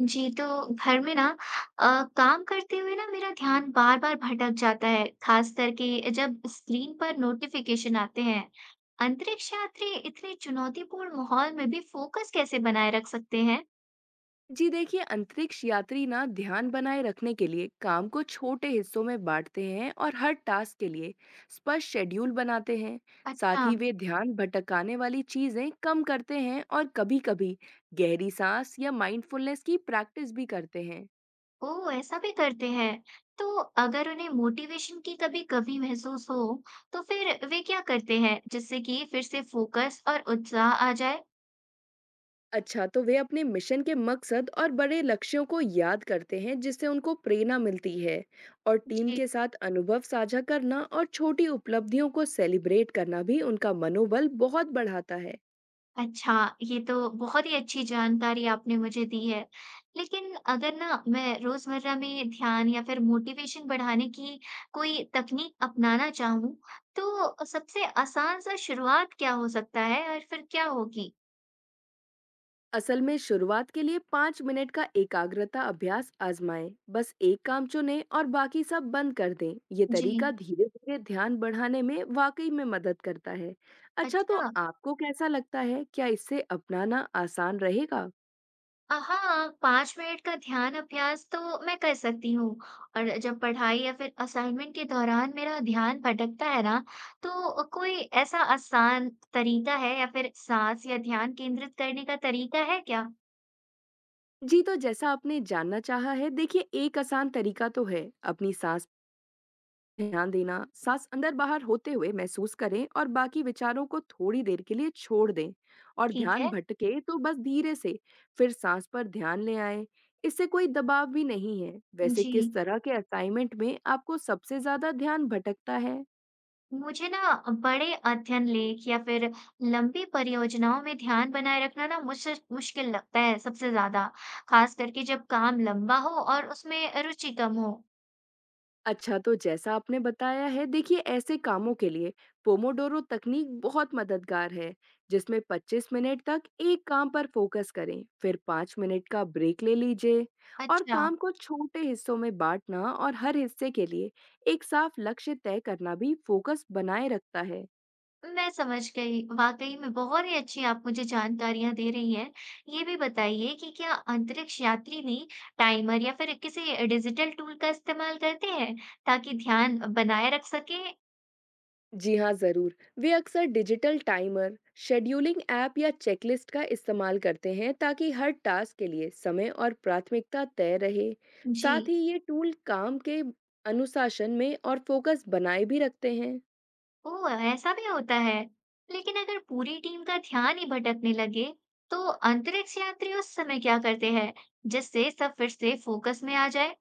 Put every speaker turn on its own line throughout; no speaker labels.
जी, तो घर में ना अ, काम करते हुए ना मेरा ध्यान बार-बार भटक जाता है, खास करके जब स्क्रीन पर नोटिफिकेशन आते हैं। अंतरिक्ष यात्री इतने चुनौतीपूर्ण माहौल में भी फोकस कैसे बनाए रख सकते हैं?
जी देखिए अंतरिक्ष यात्री ना ध्यान बनाए रखने के लिए काम को छोटे हिस्सों में बांटते हैं और हर टास्क के लिए स्पष्ट शेड्यूल बनाते हैं। साथ
अच्छा।
ही वे ध्यान भटकाने वाली चीजें कम करते हैं और कभी-कभी गहरी सांस या माइंडफुलनेस की प्रैक्टिस भी करते हैं।
ओह! ऐसा भी करते हैं। तो अगर उन्हें मोटिवेशन की कभी कमी महसूस हो, तो फिर वे क्या करते हैं, जिससे कि फिर से फोकस और उत्साह आ जाए?
अच्छा, तो वे अपने मिशन के मकसद और बड़े लक्ष्यों को याद करते हैं जिससे उनको प्रेरणा मिलती है और टीम
जी।
के साथ अनुभव साझा करना और छोटी उपलब्धियों को सेलिब्रेट करना भी उनका मनोबल बहुत बढ़ाता है।
अच्छा, ये तो बहुत ही अच्छी जानकारी आपने मुझे दी है। लेकिन अगर ना मैं रोज़मर्रा में ध्यान या फिर मोटिवेशन बढ़ाने की कोई तकनीक अपनाना चाहूँ, तो सबसे आसान सा शुरुआत क्या हो सकता है और फिर क्या होगी?
असल में शुरुआत के लिए 5 मिनट का एकाग्रता अभ्यास आजमाएं। बस एक काम चुनें और बाकी सब बंद कर दें। ये तरीका
जी।
धीरे धीरे ध्यान बढ़ाने में वाकई में मदद करता है। अच्छा, तो
अच्छा।
आपको कैसा लगता है, क्या इससे अपनाना आसान रहेगा?
हाँ 5 मिनट का ध्यान अभ्यास तो मैं कर सकती हूँ। और जब पढ़ाई या फिर असाइनमेंट के दौरान मेरा ध्यान भटकता है ना, तो कोई ऐसा आसान तरीका है या फिर सांस या ध्यान केंद्रित करने का तरीका है क्या?
जी, तो जैसा आपने जानना चाहा है, देखिए एक आसान तरीका तो है अपनी सांस ध्यान देना, सांस अंदर बाहर होते हुए महसूस करें और बाकी विचारों को थोड़ी देर के लिए छोड़ दें। और
ठीक
ध्यान
है।
भटके तो बस धीरे से फिर सांस पर ध्यान ले आए। इससे कोई दबाव भी नहीं है। वैसे
जी,
किस तरह के असाइनमेंट में आपको सबसे ज्यादा ध्यान भटकता है?
मुझे ना बड़े अध्ययन लेख या फिर लंबी परियोजनाओं में ध्यान बनाए रखना ना मुझसे मुश्किल लगता है सबसे ज्यादा, खास करके जब काम लंबा हो और उसमें रुचि कम हो।
अच्छा, तो जैसा आपने बताया है, देखिए ऐसे कामों के लिए पोमोडोरो तकनीक बहुत मददगार है, जिसमें 25 मिनट तक एक काम पर फोकस करें, फिर 5 मिनट का ब्रेक ले लीजिए। और
अच्छा।
काम को छोटे हिस्सों में बांटना और हर हिस्से के लिए एक साफ लक्ष्य तय करना भी फोकस बनाए रखता है।
मैं समझ गई। वाक़ई में बहुत ही अच्छी आप मुझे जानकारियाँ दे रही हैं। ये भी बताइए कि क्या अंतरिक्ष यात्री भी टाइमर या फिर किसी डिजिटल टूल का इस्तेमाल करते हैं ताकि ध्यान बनाए रख सकें?
जी हाँ, ज़रूर। वे अक्सर डिजिटल टाइमर, शेड्यूलिंग ऐप या चेकलिस्ट का इस्तेमाल करते हैं ताकि हर टास्क के लिए समय और प्राथमिकता तय रहे।
जी।
साथ ही ये टूल काम के अनुशासन में और फोकस बनाए भी रखते हैं।
ओह! ऐसा भी होता है। लेकिन अगर पूरी टीम का ध्यान ही भटकने लगे, तो अंतरिक्ष यात्री उस समय क्या करते हैं, जिससे सब फिर से फ़ोकस में आ जाए?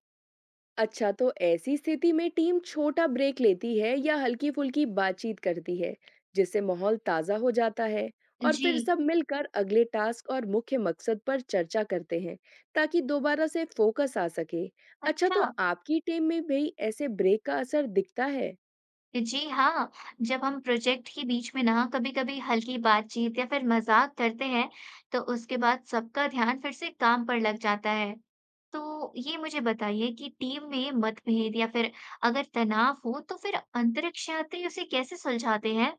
अच्छा, तो ऐसी स्थिति में टीम छोटा ब्रेक लेती है या हल्की-फुल्की बातचीत करती है, जिससे माहौल ताज़ा हो जाता है और फिर
जी।
सब मिलकर अगले टास्क और मुख्य मकसद पर चर्चा करते हैं, ताकि दोबारा से फोकस आ सके। अच्छा,
अच्छा।
तो आपकी टीम में भी ऐसे ब्रेक का असर दिखता है?
जी हाँ, जब हम प्रोजेक्ट के बीच में ना कभी-कभी हल्की बातचीत या फिर मजाक करते हैं, तो उसके बाद सबका ध्यान फिर से काम पर लग जाता है। तो ये मुझे बताइए कि टीम में मतभेद या फिर अगर तनाव हो, तो फिर अंतरिक्ष यात्री उसे कैसे सुलझाते हैं?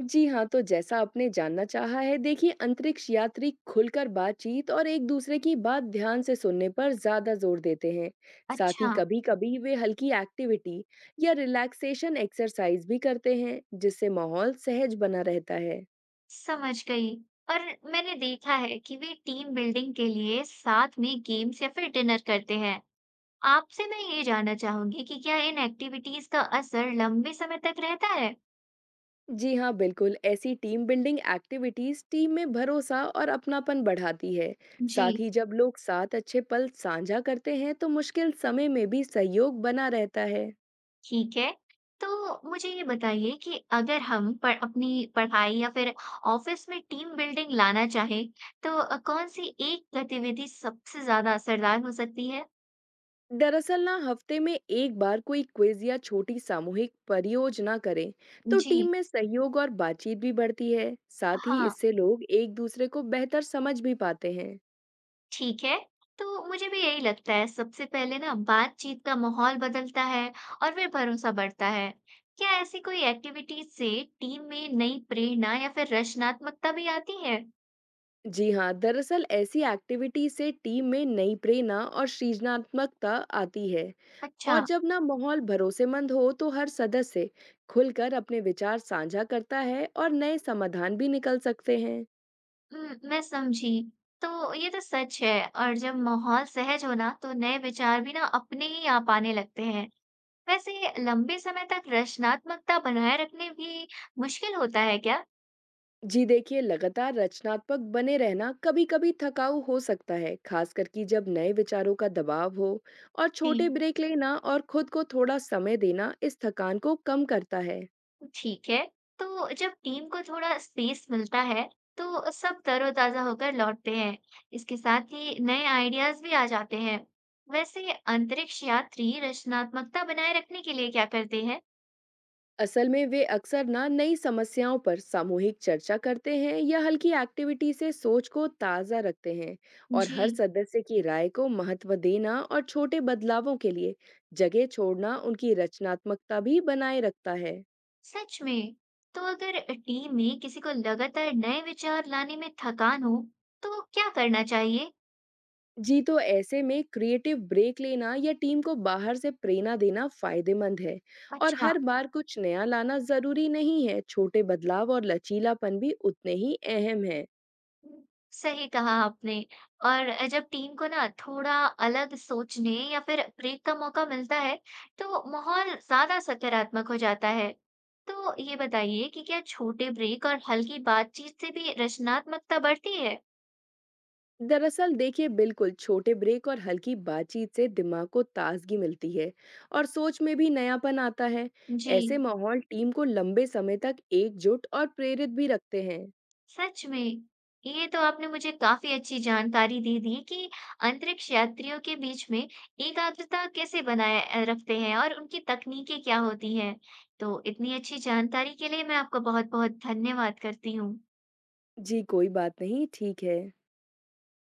जी हाँ, तो जैसा आपने जानना चाहा है, देखिए अंतरिक्ष यात्री खुलकर बातचीत और एक-दूसरे की बात ध्यान से सुनने पर ज़्यादा जोर देते हैं। साथ ही
अच्छा।
कभी-कभी वे हल्की एक्टिविटी या रिलैक्सेशन एक्सरसाइज भी करते हैं, जिससे माहौल सहज बना रहता है।
समझ गई। और मैंने देखा है कि वे टीम बिल्डिंग के लिए साथ में गेम्स या फिर डिनर करते हैं। आपसे मैं ये जानना चाहूंगी कि क्या इन एक्टिविटीज का असर लंबे समय तक रहता है?
जी हाँ, बिल्कुल, ऐसी टीम बिल्डिंग एक्टिविटीज टीम में भरोसा और अपनापन बढ़ाती है। साथ
जी।
ही जब लोग साथ अच्छे पल साझा करते हैं, तो मुश्किल समय में भी सहयोग बना रहता है।
ठीक है। तो मुझे ये बताइए कि अगर हम प अपनी पढ़ाई या फिर ऑफ़िस में टीम बिल्डिंग लाना चाहें, तो कौन-सी एक गतिविधि सबसे ज़्यादा असरदार हो सकती है?
दरअसल ना हफ्ते में एक बार कोई क्विज या छोटी सामूहिक परियोजना करें, तो टीम
जी।
में सहयोग और बातचीत भी बढ़ती है। साथ ही
हाँ,
इससे लोग एक दूसरे को बेहतर समझ भी पाते हैं।
ठीक है। तो मुझे भी यही लगता है, सबसे पहले ना बातचीत का माहौल बदलता है और फिर भरोसा बढ़ता है। क्या ऐसी कोई एक्टिविटीज़ से टीम में नई प्रेरणा या फिर रचनात्मकता भी आती है?
जी हाँ, दरअसल ऐसी एक्टिविटी से टीम में नई प्रेरणा और सृजनात्मकता आती है। और
अच्छा।
जब ना माहौल भरोसेमंद हो तो हर सदस्य खुलकर अपने विचार साझा करता है और नए समाधान भी निकल सकते हैं।
मैं समझी। तो ये तो सच है। और जब माहौल सहज हो ना, तो नए विचार भी ना अपने ही आप आने लगते हैं। वैसे लंबे समय तक रचनात्मकता बनाए रखने भी मुश्किल होता है क्या?
जी देखिए लगातार रचनात्मक बने रहना कभी-कभी थकाऊ हो सकता है, खासकर कि जब नए विचारों का दबाव हो। और छोटे
जी।
ब्रेक लेना और खुद को थोड़ा समय देना इस थकान को कम करता है।
ठीक है। तो जब टीम को थोड़ा स्पेस मिलता है, तो सब तरोताजा होकर लौटते हैं। इसके साथ ही नए आइडियाज भी आ जाते हैं। वैसे अंतरिक्ष यात्री रचनात्मकता बनाए रखने के लिए क्या करते हैं?
असल में वे अक्सर ना नई समस्याओं पर सामूहिक चर्चा करते हैं या हल्की एक्टिविटी से सोच को ताज़ा रखते हैं। और
जी।
हर सदस्य की राय को महत्व देना और छोटे बदलावों के लिए जगह छोड़ना उनकी रचनात्मकता भी बनाए रखता है।
सच में। तो अगर टीम में किसी को लगातार नए विचार लाने में थकान हो, तो क्या करना चाहिए?
जी, तो ऐसे में क्रिएटिव ब्रेक लेना या टीम को बाहर से प्रेरणा देना फायदेमंद है। और
अच्छा।
हर बार कुछ नया लाना जरूरी नहीं है, छोटे बदलाव और लचीलापन भी उतने ही अहम है।
सही कहा आपने। और जब टीम को ना थोड़ा अलग सोचने या फिर ब्रेक का मौका मिलता है, तो माहौल ज्यादा सकारात्मक हो जाता है। तो ये बताइए कि क्या छोटे ब्रेक और हल्की बातचीत से भी रचनात्मकता बढ़ती है?
दरअसल देखिए बिल्कुल छोटे ब्रेक और हल्की बातचीत से दिमाग को ताजगी मिलती है और सोच में भी नयापन आता है।
जी।
ऐसे माहौल टीम को लंबे समय तक एकजुट और प्रेरित भी रखते हैं।
सच में! ये तो आपने मुझे काफ़ी अच्छी जानकारी दे दी कि अंतरिक्ष यात्रियों के बीच में एकाग्रता कैसे बनाए रखते हैं और उनकी तकनीकें क्या होती हैं। तो इतनी अच्छी जानकारी के लिए मैं आपका बहुत-बहुत धन्यवाद करती हूँ।
जी, कोई बात नहीं, ठीक है।